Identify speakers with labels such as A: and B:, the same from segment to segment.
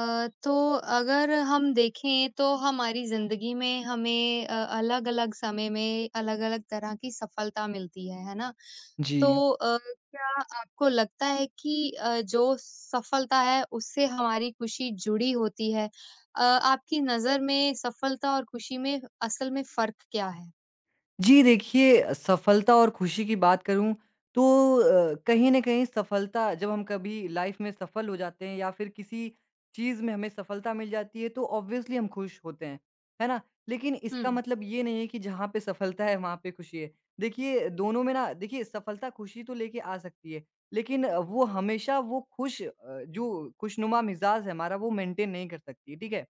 A: तो अगर हम देखें तो हमारी ज़िंदगी में हमें अलग-अलग समय में अलग-अलग तरह की सफलता मिलती है ना?
B: जी।
A: तो क्या आपको लगता है कि जो सफलता है उससे हमारी खुशी जुड़ी होती है? आपकी नज़र में सफलता और खुशी में असल में फ़र्क क्या है?
B: जी, देखिए सफलता और खुशी की बात करूँ तो कहीं न कहीं सफलता जब हम कभी लाइफ़ में सफल हो जाते हैं या फिर किसी चीज़ में हमें सफलता मिल जाती है तो ऑब्वियसली हम खुश होते हैं, है ना? लेकिन इसका
A: हुँ,
B: मतलब ये नहीं है कि जहाँ पे सफलता है वहाँ पे खुशी है। देखिए दोनों में ना देखिए सफलता खुशी तो लेके आ सकती है, लेकिन वो हमेशा वो खुश जो खुशनुमा मिज़ाज है हमारा वो मेंटेन नहीं कर सकती, ठीक है?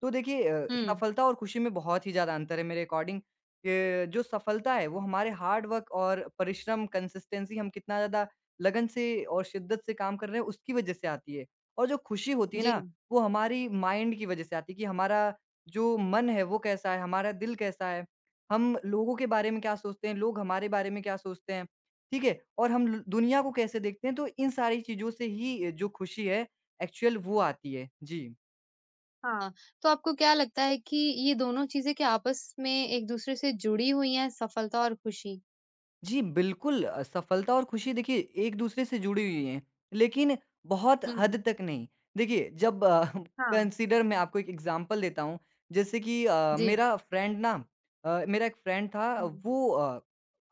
B: तो देखिए
A: हुँ,
B: सफलता और खुशी में बहुत ही ज़्यादा अंतर है मेरे अकॉर्डिंग। ये जो सफलता है वो हमारे हार्ड वर्क और परिश्रम, कंसिस्टेंसी हम कितना ज़्यादा लगन से और शिद्दत से काम कर रहे हैं उसकी वज़ह से आती है। और जो खुशी होती है
A: जी,
B: ना, वो हमारी माइंड की वज़ह से आती है कि हमारा जो मन है वो कैसा है, हमारा दिल कैसा है, हम लोगों के बारे में क्या सोचते हैं, लोग हमारे बारे में क्या सोचते हैं, ठीक है? और हम ल दुनिया को कैसे देखते हैं तो इन सारी चीज़ों से ही जो खुशी है एक्चुअल वो आती है। जी।
A: हाँ। तो आपको क्या लगता है कि ये दोनों चीज़ें क्या आपस में एक-दूसरे से जुड़ी हुई हैं सफलता और खुशी?
B: जी, बिल्कुल सफलता और खुशी देखिए एक-दूसरे से जुड़ी हुई हैं, लेकिन बहुत
A: हुँ,
B: हद तक नहीं। देखिए जब
A: हाँ।
B: कंसीडर मैं आपको एक एग्ज़ाम्पल देता हूँ, जैसे कि
A: जी।
B: मेरा एक फ्रेंड था
A: हुँ।
B: वो अ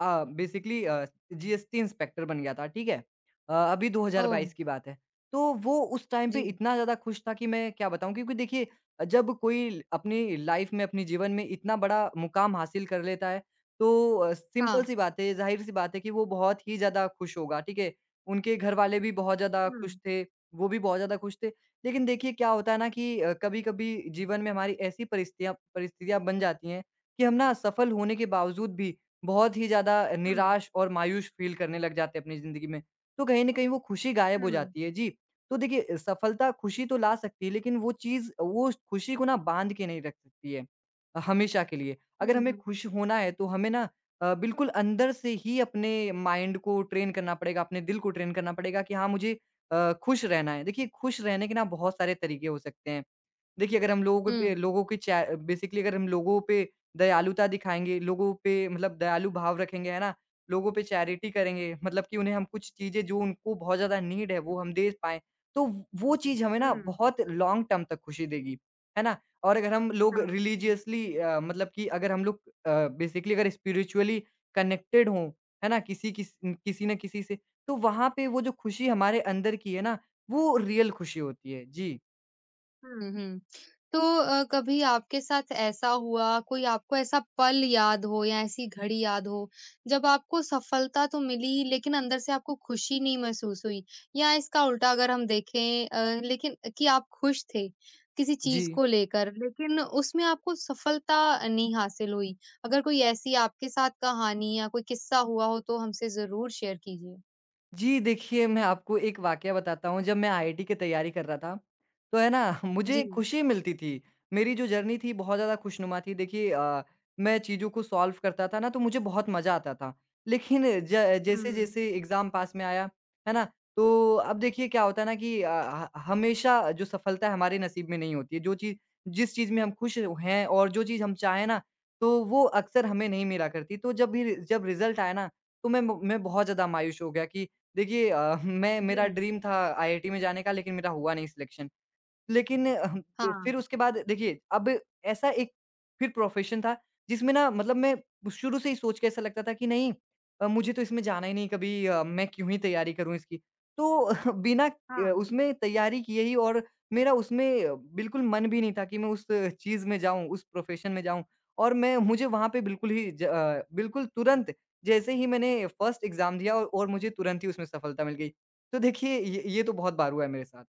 B: अ, बेसिकली जीएसटी इंस्पेक्टर बन गया था, ठीक है? अभी
A: ओह!
B: 2022 की बात है। तो वो उस टाइम पे
A: जी।
B: इतना ज़्यादा खुश था कि मैं क्या बताऊँ क्योंकि देखिए जब कोई अपनी लाइफ़ में, अपने जीवन में इतना बड़ा मुकाम हासिल कर लेता है तो
A: हाँ।
B: सिंपल सी बात है, ज़ाहिर-सी बात है कि वो बहुत ही ज़्यादा खुश होगा, ठीक है? उनके घरवाले भी बहुत ज़्यादा खुश
A: हुँ,
B: थे, वो भी बहुत ज़्यादा खुश थे। लेकिन देखिए क्या होता है ना कि कभी-कभी जीवन में हमारी ऐसी परिस्थितियाँ परिस्थितियाँ बन जाती हैं कि हम ना सफल होने के बावजूद भी बहुत ही ज़्यादा
A: हुँ,
B: निराश और मायूस फ़ील करने लग जाते हैं अपनी ज़िंदगी में। तो कहीं न कहीं वो खुशी गायब हो
A: हुँ,
B: जाती है। जी, तो देखिए सफलता खुशी तो ला सकती है लेकिन वो चीज़ वो उस खुशी को ना बाँध के नहीं रख सकती है, हमेशा के लिए। अगर
A: हुँ,
B: हमें
A: हुँ।
B: खुश होना है तो हमें ना बिल्कुल अंदर से ही अपने माइंड को ट्रेन करना पड़ेगा, अपने दिल को ट्रेन करना पड़ेगा कि हाँ, मुझे खुश रहना है। देखिए खुश रहने के ना बहुत सारे तरीके हो सकते हैं। देखिए, अगर हम लोगों पे
A: हुँ।
B: लोगों की चा बेसिकली अगर हम लोगों पे दयालुता दिखाएँगे, लोगों पे मतलब दयालु भाव रखेंगे, है ना? लोगों पे चैरिटी करेंगे, मतलब कि उन्हें हम कुछ चीज़ें जो उनको बहुत ज़्यादा नीड है, वो हम दे पाएँ, तो वो चीज़ हमें ना
A: हुँ,
B: बहुत लॉन्ग टर्म तक खुशी देगी, है ना? और अगर हम लोग
A: हाँ, हुँ।
B: रिलीजियसली मतलब कि अगर हम लोग बेसिकली अगर स्पिरिचुअली कनेक्टेड हों, है ना? किसी न किसी से, तो वहाँ पे वो जो खुशी हमारे अंदर की है ना, वो रियल खुशी होती है। जी।
A: हुँ, हुँ। तो कभी आपके साथ ऐसा हुआ, कोई आपको ऐसा पल याद हो या ऐसी घड़ी याद हो, जब आपको सफलता तो मिली लेकिन अंदर से आपको खुशी नहीं महसूस हुई? या इसका उल्टा अगर हम देखें लेकिन कि आप खुश थे किसी चीज़
B: जी।
A: को लेकर लेकिन उसमें आपको सफलता नहीं हासिल हुई? अगर कोई ऐसी आपके साथ कहानी या कोई किस्सा हुआ हो तो हमसे ज़रूर शेयर कीजिए।
B: जी, देखिए मैं आपको एक वाकया बताता हूँ, जब मैं आईआईटी की तैयारी कर रहा था, तो है ना
A: जी।
B: मुझे खुशी मिलती थी। मेरी जो जर्नी थी बहुत ज़्यादा खुशनुमा थी। देखिए मैं चीज़ों को सॉल्व करता था ना तो मुझे बहुत मज़ा आता था। लेकिन ज
A: हुँ।
B: जैसे-जैसे एग्ज़ाम पास में आया, है ना? तो अब देखिए क्या होता है ना कि ह हमेशा जो सफलता है हमारे नसीब में नहीं होती है। जो चीज़ जिस चीज़ में हम खुश हैं और जो चीज़ हम चाहें ना, तो वो अक्सर हमें नहीं मिला करती। तो जब रिज़ल्ट आया ना, तो मैं बहुत ज़्यादा मायूस हो गया कि देखिए मैं
A: जी।
B: मेरा ड्रीम था आईआईटी में जाने का लेकिन मेरा हुआ नहीं सिलेक्शन। लेकिन
A: हाँ,
B: फिर उसके बाद देखिए अब ऐसा एक फिर प्रोफ़ेशन था जिसमें ना मतलब मैं शुरू से ही सोच के ऐसा लगता था कि नहीं, मुझे तो इसमें जाना ही नहीं कभी, मैं क्यों ही तैयारी करूँ इसकी। तो बिना
A: हाँ।
B: उसमें तैयारी किए ही और मेरा उसमें बिल्कुल मन भी नहीं था कि मैं उस चीज़ में जाऊँ, उस प्रोफ़ेशन में जाऊँ और मैं मुझे वहाँ पे बिल्कुल ही बिल्कुल तुरंत जैसे ही मैंने फर्स्ट एग्ज़ाम दिया और मुझे तुरंत ही उसमें सफलता मिल गई। तो देखिए ये तो बहुत बार हुआ है मेरे साथ।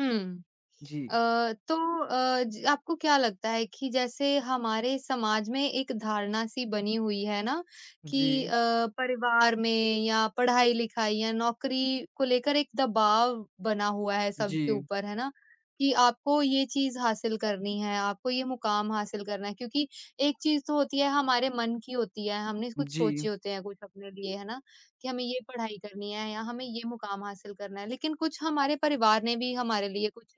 A: हुँ।
B: जी।
A: तो अ, ज आपको क्या लगता है कि जैसे हमारे समाज में एक धारणा-सी बनी हुई है ना कि
B: जी।
A: परिवार में या पढ़ाई-लिखाई या नौकरी को लेकर एक दबाव बना हुआ है सबके
B: जी,
A: ऊपर, है ना? कि आपको ये चीज़ हासिल करनी है, आपको ये मुकाम हासिल करना है क्योंकि एक चीज़ तो होती है हमारे मन की होती है, हमने कुछ
B: जी,
A: सोचे होते हैं कुछ अपने लिए, है ना? कि हमें ये पढ़ाई करनी है या हमें ये मुकाम हासिल करना है। लेकिन कुछ हमारे परिवार ने भी हमारे लिए कुछ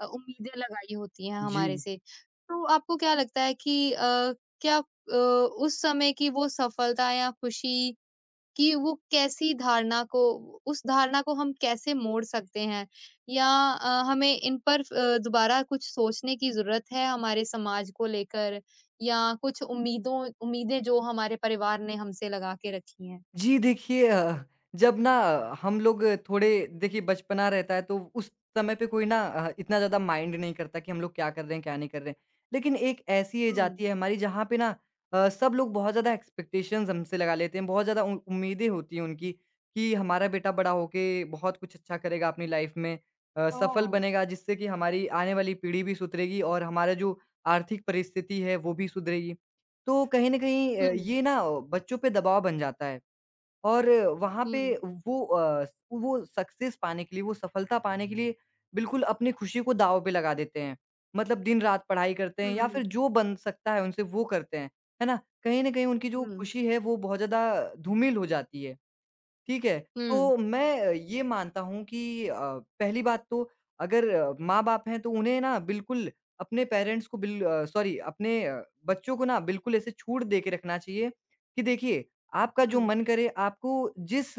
A: उम्मीदें लगाई होती हैं हमारे
B: जी।
A: से। तो आपको क्या लगता है कि क्या उस समय की वो सफलता या खुशी की वो कैसी धारणा को उस धारणा को हम कैसे मोड़ सकते हैं? या हमें इन पर दोबारा कुछ सोचने की ज़रूरत है हमारे समाज को लेकर या कुछ उम्मीदों उम्मीदें जो हमारे परिवार ने हमसे लगा के रखी हैं?
B: जी, देखिए जब ना हम लोग थोड़े देखिए बचपना रहता है तो उस समय पे कोई ना इतना ज़्यादा माइंड नहीं करता कि हम लोग क्या कर रहे हैं, क्या नहीं कर रहे हैं। लेकिन एक ऐसी एज
A: हुँ।
B: आती है हमारी जहाँ पे ना सब लोग बहुत ज़्यादा एक्सपेक्टेशंस हमसे लगा लेते हैं, बहुत ज़्यादा उ उम्मीदें होती हैं उनकी कि हमारा बेटा बड़ा होके बहुत कुछ अच्छा करेगा अपनी लाइफ में, सफल
A: हाँ।
B: बनेगा जिससे कि हमारी आने वाली पीढ़ी भी सुधरेगी और हमारा जो आर्थिक परिस्थिति है वो भी सुधरेगी। तो कहीं न कहीं
A: हुँ, हुँ।
B: ये ना बच्चों पे दबाव बन जाता है। और वहाँ पे
A: हुँ,
B: वो अ, वो सक्सेस पाने के लिए, वो सफलता पाने के लिए बिल्कुल अपनी खुशी को दाँव पे लगा देते हैं। मतलब दिन-रात पढ़ाई करते हैं या फिर
A: हुँ,
B: जो बन सकता है उनसे वो करते हैं, है ना? कहीं न कहीं उनकी जो
A: हुँ।
B: खुशी है वो बहुत ज़्यादा धूमिल हो जाती है। ठीक है,
A: हुँ,
B: तो मैं ये मानता हूँ कि पहली बात तो अगर माँ-बाप हैं तो उन्हें ना बिल्कुल अपने पेरेंट्स को सॉरी, अपने बच्चों को ना बिल्कुल ऐसे छूट दे के रखना चाहिए कि देखिए आपका जो मन करे आपको जिस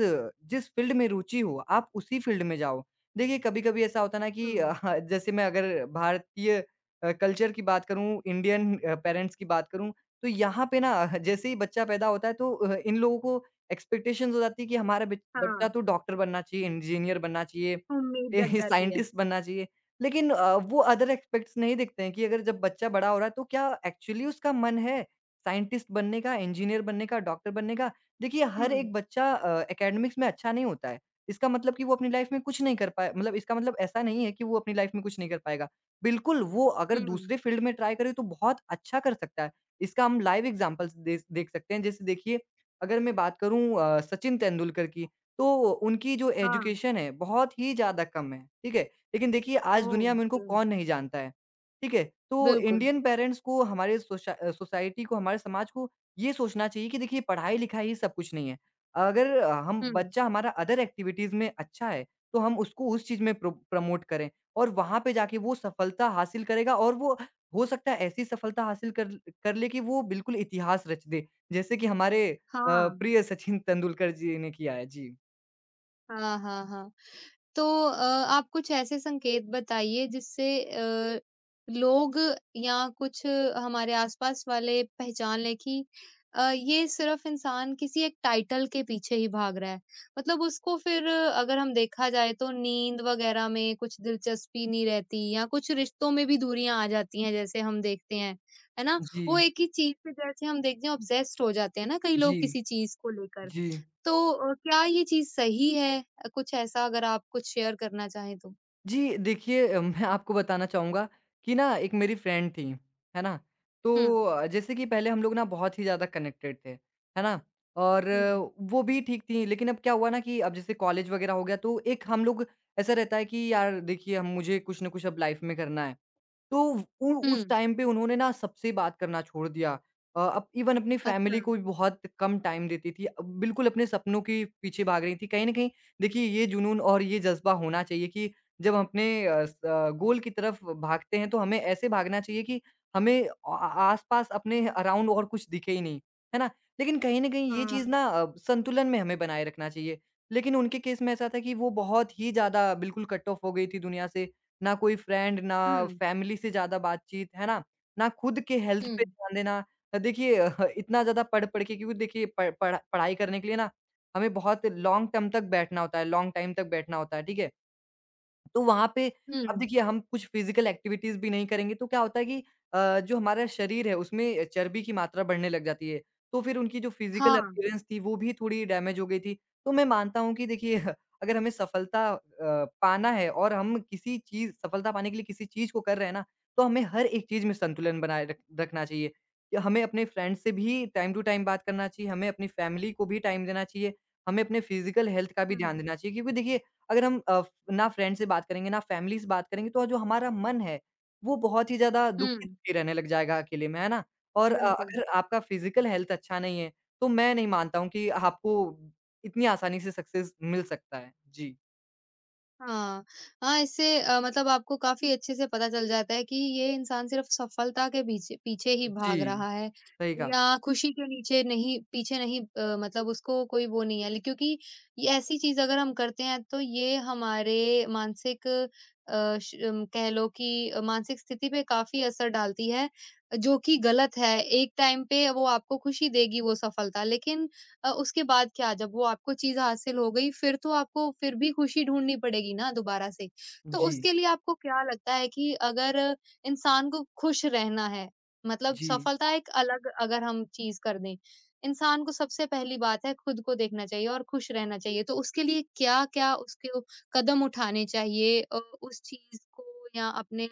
B: जिस फ़ील्ड में रुचि हो आप उसी फ़ील्ड में जाओ। देखिए कभी-कभी ऐसा होता है ना कि
A: हुँ,
B: जैसे मैं अगर भारतीय कल्चर की बात करूँ, इंडियन पेरेंट्स की बात करूँ, तो यहाँ पे ना जैसे ही बच्चा पैदा होता है तो इन लोगों को एक्सपेक्टेशंस हो जाती है कि हमारा बच बच्चा
A: हाँ।
B: तो डॉक्टर बनना चाहिए, इंजीनियर बनना चाहिए,
A: उम्मीद जग
B: ये
A: जाती है।
B: साइंटिस्ट बनना चाहिए। लेकिन वो अदर एस्पेक्ट्स नहीं देखते हैं कि अगर जब बच्चा बड़ा हो रहा है तो क्या एक्चुअली उसका मन है साइंटिस्ट बनने का, इंजीनियर बनने का, डॉक्टर बनने का? देखिए हर
A: हुँ,
B: एक बच्चा एकेडमिक्स में अच्छा नहीं होता है। इसका मतलब कि वो अपनी लाइफ में कुछ नहीं कर पाए मतलब इसका मतलब ऐसा नहीं है कि वो अपनी लाइफ में कुछ नहीं कर पाएगा। बिल्कुल, वो अगर
A: हुँ,
B: दूसरे फील्ड में ट्राई करे तो बहुत अच्छा कर सकता है। इसका हम लाइव एग्ज़ाम्पल्स देस देख सकते हैं। जैसे देखिए अगर मैं बात करूँ सचिन तेंदुलकर की, तो उनकी जो
A: हाँ,
B: एजुकेशन है, बहुत ही ज़्यादा कम है, ठीक है? लेकिन देखिए आज दुनिया में उनको
A: ओके,
B: कौन नहीं जानता है, ठीक है? तो
A: बिल्कुल।
B: इंडियन पेरेंट्स को, हमारे सोसाइटी को, हमारे समाज को ये सोचना चाहिए कि देखिए पढ़ाई-लिखाई ही सब कुछ नहीं है। अगर हम
A: हुँ,
B: बच्चा हमारा अदर एक्टिविटीज़ में अच्छा है, तो हम उसको उस चीज़ में प्रो प्रमोट करें और वहाँ पे जाके वो सफलता हासिल करेगा और वो हो सकता है ऐसी सफलता हासिल कर कर ले कि वो बिल्कुल इतिहास रच दे। जैसे कि हमारे
A: हाँ।
B: प्रिय सचिन तेंदुलकर जी ने किया है। जी।
A: हाँ, हाँ, हाँ। तो आप कुछ ऐसे संकेत बताइए जिससे लोग या कुछ हमारे आसपास वाले पहचान लें कि ये सिर्फ इंसान किसी एक टाइटल के पीछे ही भाग रहा है। मतलब उसको फिर अगर हम देखा जाए तो नींद वगैरह में कुछ दिलचस्पी नहीं रहती या कुछ रिश्तों में भी दूरियां आ जाती हैं जैसे हम देखते हैं, है ना? वो
B: जी,
A: एक ही चीज़ पे जैसे हम देखते हैं ऑब्सेस्ड हो जाते हैं ना कई लोग
B: जी,
A: किसी चीज़ को लेकर।
B: जी।
A: तो क्या ये चीज़ सही है? कुछ ऐसा अगर आप कुछ शेयर करना चाहें तो?
B: जी, देखिए मैं आपको बताना चाहूँगा कि ना एक मेरी फ्रेंड थी, है ना?
A: हुँ,
B: तो जैसे कि पहले हम लोग ना बहुत ही ज़्यादा कनेक्टेड थे, है ना? और
A: हुँ,
B: वो भी ठीक थी लेकिन अब क्या हुआ ना कि अब जैसे कॉलेज वगैरह हो गया तो एक हम लोग ऐसा रहता है कि यार देखिए हम मुझे कुछ ना कुछ अब लाइफ़ में करना है। तो उ उस
A: हुँ,
B: टाइम पे उन्होंने ना सबसे बात करना छोड़ दिया। अब इवन अपनी
A: अच्छा,
B: फैमिली को भी बहुत कम टाइम देती थी। बिल्कुल अपने सपनों के पीछे भाग रही थी। कहीं न कहीं देखिए ये जुनून और ये ज़ज्बा होना चाहिए कि जब हम अपने गोल की तरफ भागते हैं तो हमें ऐसे भागना चाहिए कि हमें आस-पास अपने अराउंड और कुछ दिखे ही नहीं, है ना? लेकिन कहीं न कहीं ये
A: हाँ,
B: चीज़ ना संतुलन में हमें बनाए रखना चाहिए। लेकिन उनके केस में ऐसा था कि वो बहुत ही ज़्यादा बिल्कुल कट ऑफ हो गई थी दुनिया से। ना कोई फ्रेंड, ना
A: हुँ,
B: फैमिली से ज़्यादा बातचीत, है ना? ना खुद के हेल्थ
A: हुँ,
B: पे ध्यान देना। देखिए इतना ज़्यादा पढ़-पढ़ के क्योंकि देखिए पढ़ाई करने के लिए ना हमें बहुत लॉन्ग टर्म तक बैठना होता है, लॉन्ग टाइम तक बैठना होता है, ठीक है? तो वहाँ पे अब
A: हुँ,
B: देखिए हम कुछ फिज़िकल एक्टिविटीज़ भी नहीं करेंगे तो क्या होता है कि जो हमारा शरीर है उसमें चर्बी की मात्रा बढ़ने लग जाती है। तो फिर उनकी जो फिज़िकल
A: हाँ,
B: अपीयरेंस थी वो भी थोड़ी डैमेज हो गई थी। तो मैं मानता हूँ कि देखिए अगर हमें सफलता पाना है और हम किसी चीज़ सफलता पाने के लिए किसी चीज़ को कर रहे हैं ना, तो हमें हर एक चीज़ में संतुलन बनाए रख रखना चाहिए। या हमें अपने फ्रेंड से भी टाइम टू टाइम बात करना चाहिए, हमें अपनी फैमिली को भी टाइम देना चाहिए, हमें अपने फिज़िकल हेल्थ का भी
A: हुँ,
B: ध्यान देना चाहिए क्योंकि देखिए अगर हम ना फ्रेंड से बात करेंगे, ना फैमिली से बात करेंगे, तो जो हमारा मन है, वो बहुत ही ज़्यादा
A: हुँ,
B: दुखी-दुखी रहने लग जाएगा अकेले में, है ना? और
A: बिल्कुल।
B: अगर आपका फिज़िकल हेल्थ अच्छा नहीं है, तो मैं नहीं मानता हूँ कि आपको इतनी आसानी से सक्सेस मिल सकता है। जी।
A: हाँ, हाँ, इससे मतलब आपको काफ़ी अच्छे से पता चल जाता है कि ये इंसान सिर्फ़ सफलता के पीछे पीछे ही
B: जी,
A: भाग रहा है
B: सही कहा।
A: या खुशी के नीचे नहीं पीछे नहीं मतलब उसको कोई वो नहीं है ल क्योंकि ये ऐसी चीज़ अगर हम करते हैं तो ये हमारे मानसिक कह लो कि मानसिक स्थिति पे काफ़ी असर डालती है, जो कि गलत है। एक टाइम पे वो आपको खुशी देगी वो सफलता लेकिन उसके बाद क्या जब वो आपको चीज़ हासिल हो गई फिर तो आपको फिर भी खुशी ढूँढनी पड़ेगी ना दोबारा से। तो
B: जी,
A: उसके लिए आपको क्या लगता है कि अगर इंसान को खुश रहना है, मतलब
B: जी।
A: सफलता एक अलग अगर हम चीज़ कर दें, इंसान को सबसे पहली बात है खुद को देखना चाहिए और खुश रहना चाहिए। तो उसके लिए क्या-क्या उसके ओ कदम उठाने चाहिए उस चीज़ को या अपने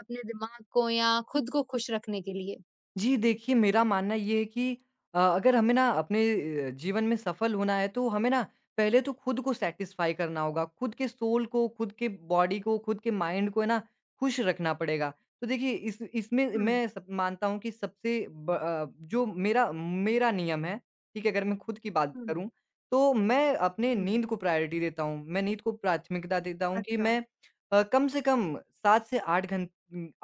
A: अपने दिमाग को या खुद को खुश रखने के लिए?
B: जी, देखिए मेरा मानना ये है कि अगर हमें ना अपने जीवन में सफल होना है तो हमें ना पहले तो खुद को सैटिस्फाई करना होगा। खुद के सोल को, खुद के बॉडी को, खुद के माइंड को है ना खुश रखना पड़ेगा। तो देखिए इस इसमें
A: हुँ,
B: मैं सब मानता हूँ कि सबसे जो मेरा मेरा नियम है, ठीक है? अगर मैं खुद की बात
A: हुँ,
B: करूँ तो मैं अपने
A: हुँ।
B: नींद को प्रायोरिटी देता हूँ। मैं नींद को प्राथमिकता देता हूँ कि
A: अच्छा,
B: मैं कम से कम 7 से 8 घं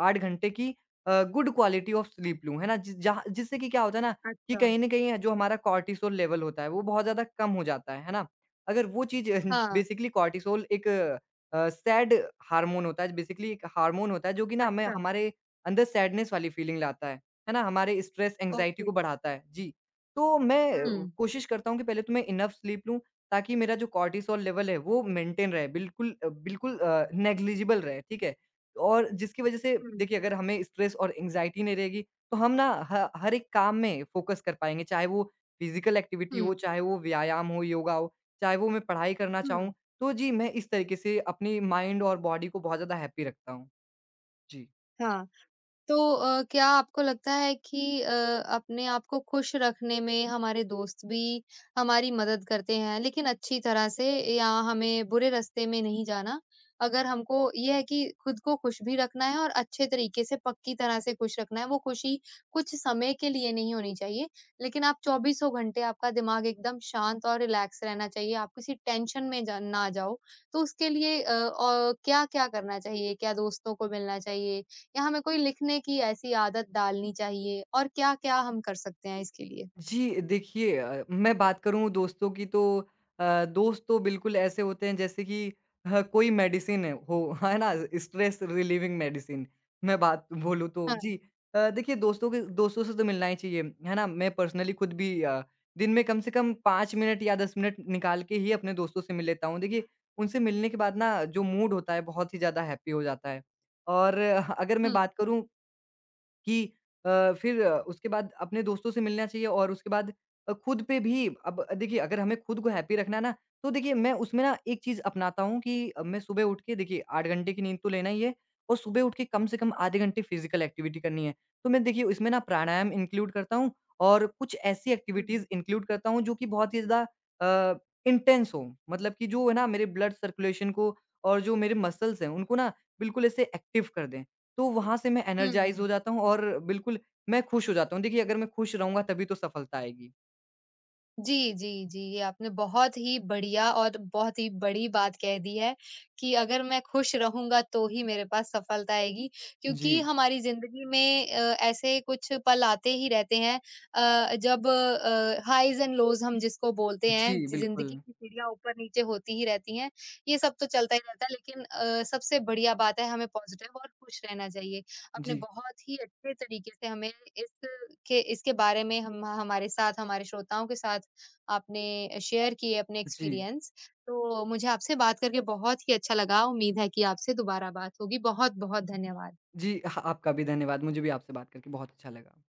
B: 8 घंटे की गुड क्वालिटी ऑफ स्लीप लूँ, है ना? जि जहाँ जिससे कि क्या होता है ना कि
A: अच्छा।
B: कहीं न कहीं जो हमारा कॉर्टिसोल लेवल होता है, वो बहुत ज़्यादा कम हो जाता है ना? अगर वो चीज़
A: हाँ।
B: बेसिकली कॉर्टिसोल एक सैड हार्मोन होता है, बेसिकली एक हार्मोन होता है जो कि ना हमें
A: अच्छा,
B: हमारे अंदर सैडनेस वाली फीलिंग लाता है ना? हमारे स्ट्रेस, एंग्ज़ायटी
A: ओके।
B: को बढ़ाता है। जी, तो मैं
A: हुँ।
B: कोशिश करता हूँ कि पहले तो मैं इनफ स्लीप लूँ ताकि मेरा जो कॉर्टिसोल लेवल है, वो मेंटेन रहे, बिल्कुल नेग्लिजिबल रहे, ठीक है? और जिसकी वजह से
A: हुँ।
B: देखिए अगर हमें स्ट्रेस और एंग्जायटी नहीं रहेगी, तो हम ना ह हर एक काम में फ़ोकस कर पाएँगे, चाहे वो फ़िज़िकल एक्टिविटी हो,
A: हुँ।
B: चाहे वो व्यायाम हो, योगा हो, चाहे वो मैं पढ़ाई करना चाहूँ।
A: हुँ।
B: तो जी, मैं इस तरीके से अपनी माइंड और बॉडी को बहुत ज़्यादा हैप्पी रखता हूँ। जी।
A: हाँ, तो क्या आपको लगता है कि अपने आप को खुश रखने में हमारे दोस्त भी हमारी मदद करते हैं लेकिन अच्छी तरह से या हमें बुरे रास्ते में नहीं जाना अगर हमको ये है कि खुद को खुश भी रखना है और अच्छे तरीके से पक्की तरह से खुश रखना है वो खुशी कुछ समय के लिए नहीं होनी चाहिए लेकिन आप चौबीसों घंटे आपका दिमाग एकदम शांत और रिलैक्स रहना चाहिए आप किसी टेंशन में ना जाओ तो उसके लिए और क्या क्या करना चाहिए क्या दोस्तों को मिलना चाहिए या हमें कोई लिखने की ऐसी आदत डालनी चाहिए और क्या-क्या हम कर सकते हैं इसके लिए?
B: जी, देखिए मैं बात करूँ दोस्तों की तो दोस्त तो बिल्कुल ऐसे होते हैं जैसे कि ह कोई मेडिसिन है हो, है ना? स्ट्रेस रिलीविंग मेडिसिन मैं बात बोलूँ तो। जी।
A: हाँ।
B: देखिए दोस्तों से तो मिलना ही चाहिए, है ना? मैं पर्सनली खुद भी दिन में कम से कम 5 मिनट या 10 मिनट निकाल के ही अपने दोस्तों से मिल लेता हूँ। देखिए, उनसे मिलने के बाद ना जो मूड होता है बहुत ही ज़्यादा हैप्पी हो जाता है। और अगर मैं
A: हुँ,
B: बात करूँ कि फिर उसके बाद अपने दोस्तों से मिलना चाहिए और उसके बाद खुद पे भी अब देखिए अगर हमें खुद को हैप्पी रखना है ना, तो देखिए मैं उसमें ना एक चीज़ अपनाता हूँ कि मैं सुबह उठ के देखिए 8 घंटे की नींद तो लेना ही है और सुबह उठ के कम से कम आधे घंटे फ़िज़िकल एक्टिविटी करनी है। तो मैं देखिए इसमें ना प्राणायाम इंक्लूड करता हूँ और कुछ ऐसी एक्टिविटीज़
A: हुँ,
B: इंक्लूड करता हूँ जो कि बहुत ही ज़्यादा अ, इंटेंस हों। मतलब कि जो है ना मेरे ब्लड सर्कुलेशन को और जो मेरे मसल्स हैं उनको ना बिल्कुल ऐसे एक्टिव कर दें। तो वहाँ से मैं एनर्जाइज़ हो
A: हुँ।
B: जाता हूँ और बिल्कुल मैं खुश हो जाता हूँ। देखिए अगर मैं खुश रहूँगा तभी तो सफलता आएगी।
A: जी, जी, जी। ये आपने बहुत ही बढ़िया और बहुत ही बड़ी बात कह दी है कि अगर मैं खुश रहूँगा तो ही मेरे पास सफलता आएगी
B: जी।
A: क्योंकि हमारी ज़िंदगी में ऐसे कुछ पल आते ही रहते हैं जब हाइज़ एंड लोज़ हम जिसको बोलते हैं,
B: जी,
A: ज़िंदगी
B: बिल्कुल।
A: की सीढ़ियाँ ऊपर-नीचे होती ही रहती हैं। ये सब तो चलता ही रहता है लेकिन सबसे बढ़िया बात है हमें पॉज़िटिव और खुश रहना चाहिए। आपने
B: जी,
A: बहुत ही अच्छे तरीके से हमें इसके इसके बारे में हम हमारे साथ, हमारे श्रोताओं के साथ आपने शेयर किए अपने
B: जी।
A: एक्सपीरियंस। तो मुझे आपसे बात करके बहुत ही अच्छा लगा। उम्मीद है कि आपसे दोबारा बात होगी। बहुत-बहुत धन्यवाद।
B: जी, ह आपका भी धन्यवाद। मुझे भी आपसे बात करके बहुत अच्छा लगा।